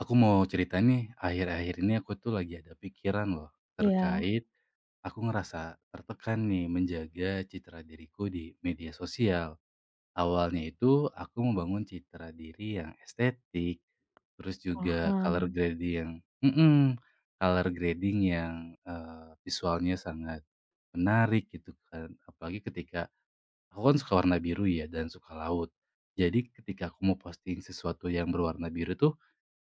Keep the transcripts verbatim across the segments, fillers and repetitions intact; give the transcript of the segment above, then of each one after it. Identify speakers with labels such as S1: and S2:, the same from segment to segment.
S1: Aku mau cerita nih, akhir-akhir ini aku tuh lagi ada pikiran loh
S2: Iya,
S1: terkait aku ngerasa tertekan nih menjaga citra diriku di media sosial. Awalnya itu aku membangun citra diri yang estetik, terus juga
S2: paham.
S1: color grading yang mm-mm, color grading yang eh, visualnya sangat menarik gitu kan. Apalagi ketika aku kan suka warna biru ya dan suka laut. Jadi ketika aku mau posting sesuatu yang berwarna biru tuh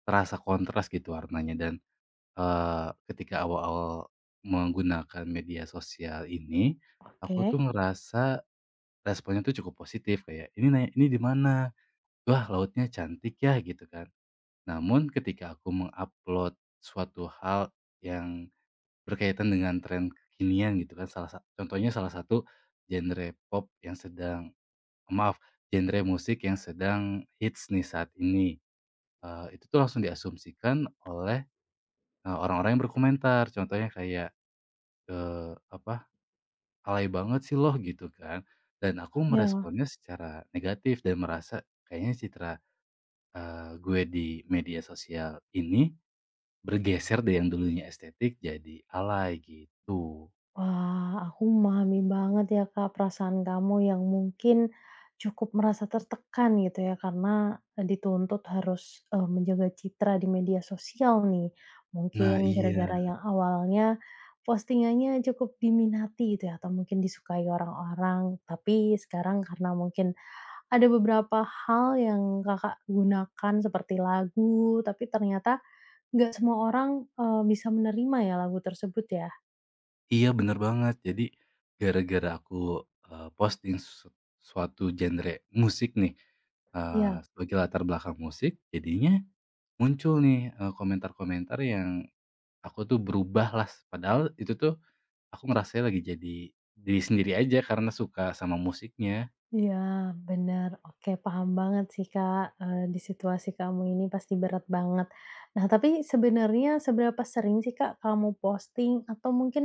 S1: terasa kontras gitu warnanya dan, eee, ketika awal-awal menggunakan media sosial ini, aku tuh
S2: Oke.
S1: ngerasa responnya tuh cukup positif kayak, "Ini nanya ini di mana? Wah lautnya cantik ya," gitu kan. Namun ketika aku mengupload suatu hal yang berkaitan dengan tren kekinian gitu kan, salah sa contohnya salah satu genre pop yang sedang maaf, genre musik yang sedang hits nih saat ini, eee, itu tuh langsung diasumsikan oleh Eee, orang-orang yang berkomentar contohnya kayak, eee, apa, "Alay banget sih loh gitu kan," dan aku
S2: Iya.
S1: meresponnya secara negatif dan merasa kayaknya citra, eee, gue di media sosial ini bergeser dari yang dulunya estetik jadi alay gitu.
S2: Wah, aku memahami banget ya, Kak, perasaan kamu yang mungkin cukup merasa tertekan gitu ya, karena eh, dituntut harus, eee, menjaga citra di media sosial nih.
S1: Nah
S2: Mungkin
S1: iya
S2: gara-gara yang awalnya postingannya cukup diminati gitu ya, atau mungkin disukai orang-orang, tapi sekarang karena mungkin ada beberapa hal yang Kakak gunakan seperti lagu, tapi ternyata nggak semua orang, eee, bisa menerima ya lagu tersebut ya?
S1: iya bener banget. Jadi gara-gara aku, eee, posting su suatu genre musik nih, eee,
S2: Iya
S1: sebagai latar belakang musik, jadinya muncul nih, eee, komentar-komentar yang Aku tuh berubahlah s padahal itu tuh aku ngerasanya lagi jadi diri sendiri aja karena suka sama musiknya.
S2: iya bener, oke paham banget sih Kak, eee, di situasi kamu ini pasti berat banget. Nah tapi sebenarnya seberapa sering sih Kak kamu posting atau mungkin,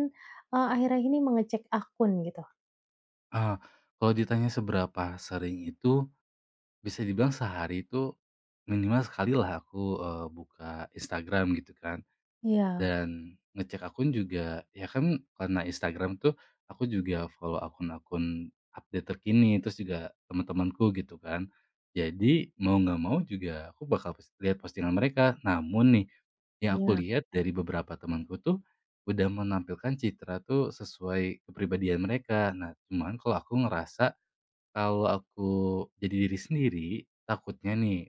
S2: eee, akhir-akhir ini mengecek akun gitu?
S1: Eee, Kalau ditanya seberapa sering itu, bisa dibilang sehari itu minimal sekali lah aku, eee, buka Instagram gitu kan.
S2: Iya
S1: Dan ngecek akun juga ya kan, karena Instagram tuh aku juga follow akun-akun update terkini, terus juga teman-temanku gitu kan. Jadi mau nggak mau juga aku bakal pos lihat postingan mereka. Namun nih, yang aku
S2: iya
S1: lihat dari beberapa temanku tuh udah menampilkan citra tuh sesuai kepribadian mereka. Nah, cuman kalau aku ngerasa kalau aku jadi diri sendiri, takutnya nih,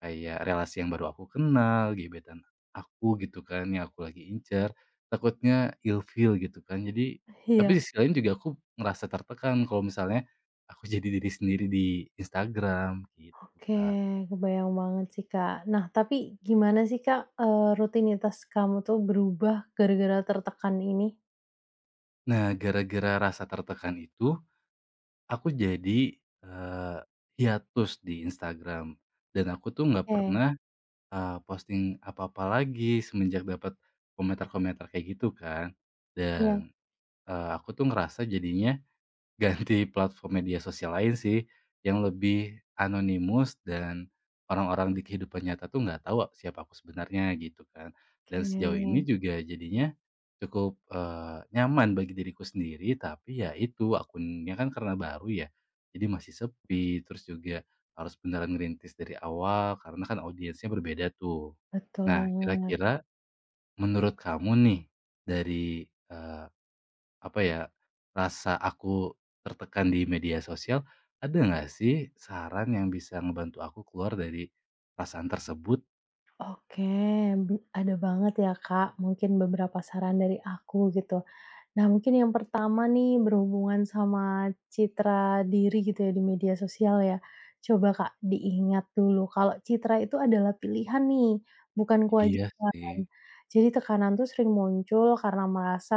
S1: kayak relasi yang baru aku kenal, gebetan aku gitu kan, yang aku lagi incer, takutnya ilfeel gitu kan. Jadi tapi
S2: iya.
S1: di sisi lain juga aku ngerasa tertekan kalau misalnya aku jadi diri sendiri di Instagram gitu,
S2: Oke,
S1: Kak.
S2: kebayang banget sih Kak. Nah tapi gimana sih Kak, eee, rutinitas kamu tuh berubah gara-gara tertekan ini?
S1: Nah, gara-gara rasa tertekan itu, aku jadi, eee, hiatus di Instagram dan aku tuh nggak
S2: Oke,
S1: pernah, eee, posting apa-apa lagi semenjak dapat komentar-komentar kayak gitu kan.
S2: iya.
S1: Dan, eee, aku tuh ngerasa jadinya ganti platform media sosial lain sih, yang lebih anonimus dan orang-orang di kehidupan nyata tuh nggak tahu siapa aku sebenarnya gitu kan. Dan sejauh ini
S2: Oke,
S1: juga jadinya cukup, eee, nyaman bagi diriku sendiri, tapi ya itu akunnya kan karena baru ya, jadi masih sepi, terus juga harus beneran ngerintis dari awal karena kan audiensnya berbeda tuh.
S2: betul
S1: Nah,
S2: banget.
S1: kira-kira menurut kamu nih, dari, apa ya, rasa aku tertekan di media sosial, ada nggak sih saran yang bisa ngebantu aku keluar dari perasaan tersebut?
S2: Oke, bi ada banget ya, Kak, mungkin beberapa saran dari aku gitu. Nah, mungkin yang pertama nih berhubungan sama citra diri gitu ya di media sosial ya. Coba, Kak, diingat dulu kalau citra itu adalah pilihan nih, bukan
S1: Iya
S2: kewajiban.
S1: sih.
S2: Jadi tekanan tuh sering muncul karena merasa,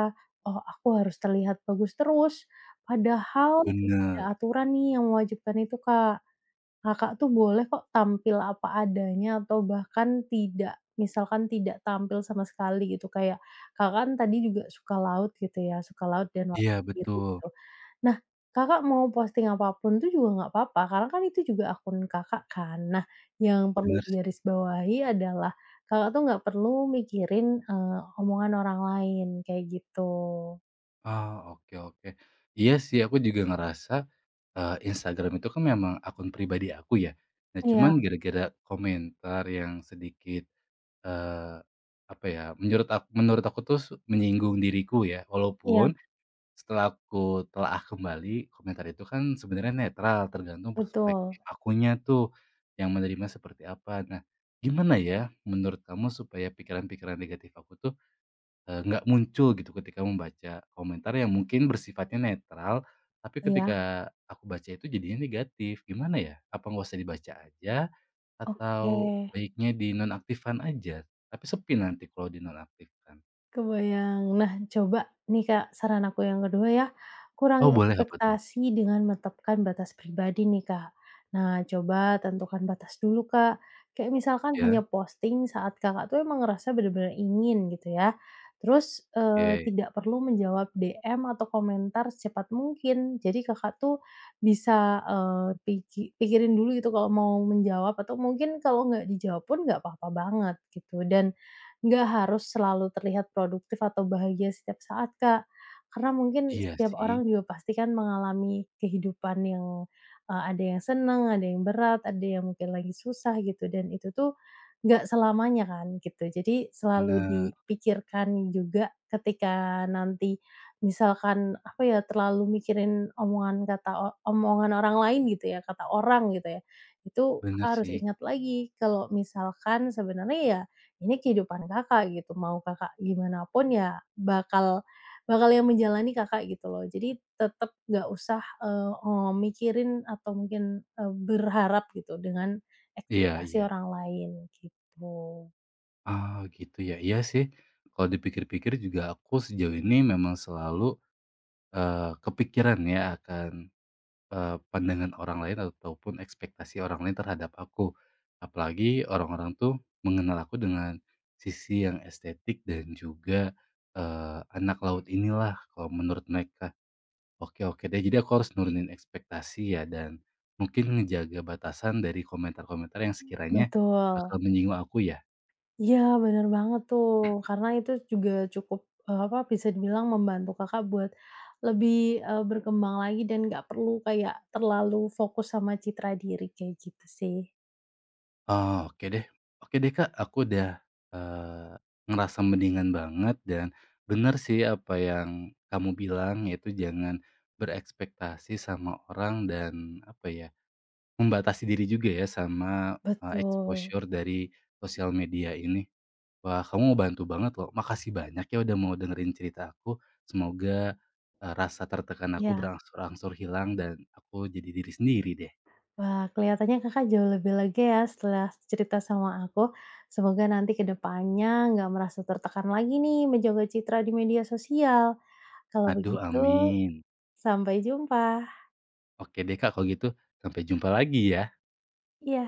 S2: "Oh, aku harus terlihat bagus terus." Padahal tidak ada
S1: Bener.
S2: aturan nih yang mewajibkan itu, Kak. Kakak tuh boleh kok tampil apa adanya atau bahkan tidak misalkan tidak tampil sama sekali gitu, kayak Kakak kan tadi juga suka laut gitu ya, suka laut dan warna
S1: Iya
S2: biru
S1: betul,
S2: gitu. Nah, Kakak mau posting apapun tuh juga nggak apa-apa, karena kan itu juga akun Kakak kan. Nah, yang perlu
S1: bener sih.
S2: digarisbawahi adalah Kakak tuh nggak perlu mikirin, eee, omongan orang lain, kayak gitu.
S1: Ah, oke oke. Iya sih, aku juga ngerasa, eee, Instagram itu kan memang akun pribadi aku ya. Nah cuman
S2: Iya
S1: gara-gara komentar yang sedikit, eee, apa ya, menurut ak menurut aku tuh s menyinggung diriku ya,
S2: iya,
S1: walaupun setelah aku telah kembali, komentar itu kan sebenarnya netral, tergantung
S2: betul.
S1: perspektif akunya tuh, yang menerima seperti apa. Nah, gimana ya menurut kamu supaya pikiran-pikiran negatif aku tuh, eee, nggak muncul gitu ketika membaca komentar yang mungkin bersifatnya netral, tapi
S2: Iya,
S1: ketika aku baca itu jadinya negatif, gimana ya? Apa nggak usah dibaca aja,
S2: oke.
S1: atau baiknya dinonaktifkan aja? Tapi sepi nanti kalau dinonaktifkan.
S2: Kebayang. Nah, coba nih, Kak, saran aku yang kedua ya,
S1: Oh
S2: kurangi
S1: boleh, apa tuh?
S2: ekspektasi dengan menetapkan batas pribadi nih, Kak. Nah, coba tentukan batas dulu, Kak. Kayak misalkan hanya
S1: Ya?
S2: posting saat Kakak tuh emang ngerasa benar-benar ingin gitu ya. Terus, eee,
S1: Oke.
S2: tidak perlu menjawab D M atau komentar secepat mungkin. Jadi Kakak tuh bisa, eee, piki pikirin dulu gitu kalau mau menjawab atau mungkin kalau nggak dijawab pun nggak apa-apa banget gitu. Dan nggak harus selalu terlihat produktif atau bahagia setiap saat, Kak. Karena mungkin
S1: Iya
S2: setiap
S1: sih,
S2: orang juga pasti kan mengalami kehidupan yang, eee, ada yang senang, ada yang berat, ada yang mungkin lagi susah gitu dan itu tuh nggak selamanya kan gitu. Jadi selalu
S1: bener.
S2: dipikirkan juga ketika nanti misalkan apa ya, terlalu mikirin omongan kata o omongan orang lain gitu ya, kata orang gitu ya, itu Kakak
S1: Bener
S2: harus
S1: sih.
S2: ingat lagi kalau misalkan sebenarnya ya ini kehidupan Kakak gitu, mau Kakak gimana pun ya bakal bakal yang menjalani Kakak gitu loh. Jadi tetap nggak usah, eee eee, mikirin atau mungkin, eee, berharap gitu dengan
S1: Iya
S2: ekspektasi
S1: iya.
S2: orang lain gitu.
S1: Ah, gitu ya. Iya sih, kalau dipikir-pikir juga aku sejauh ini memang selalu, eee, kepikiran ya akan, eee, pandangan orang lain ataupun ekspektasi orang lain terhadap aku. Apalagi orang-orang tuh mengenal aku dengan sisi yang estetik dan juga, eee, anak laut inilah kalau menurut mereka. Oke oke deh, jadi aku harus nurunin ekspektasi ya dan mungkin ngejaga batasan dari komentar-komentar yang sekiranya
S2: Betul.
S1: bakal menyinggung aku ya?
S2: Iya bener banget tuh, karena itu juga cukup, eee, apa, bisa dibilang membantu Kakak buat lebih, eee, berkembang lagi dan nggak perlu kayak terlalu fokus sama citra diri kayak gitu sih.
S1: Oh, oke deh oke deh, Kak, aku udah, eee, ngerasa mendingan banget dan bener sih apa yang kamu bilang, yaitu jangan berekspektasi sama orang dan apa ya, membatasi diri juga ya sama, eee,
S2: Betul,
S1: exposure dari sosial media ini. Wah, kamu bantu banget loh, makasih banyak ya udah mau dengerin cerita aku. Semoga, eee, rasa tertekan aku
S2: ya.
S1: berangsur-angsur hilang dan aku jadi diri sendiri deh.
S2: Wah, kelihatannya Kakak jauh lebih lega ya setelah cerita sama aku. Semoga nanti ke depannya nggak merasa tertekan lagi nih menjaga citra di media sosial. Kalau
S1: Aduh,
S2: begitu,
S1: amin.
S2: sampai jumpa.
S1: Oke deh Kak kalau gitu, sampai jumpa lagi ya.
S2: Iya.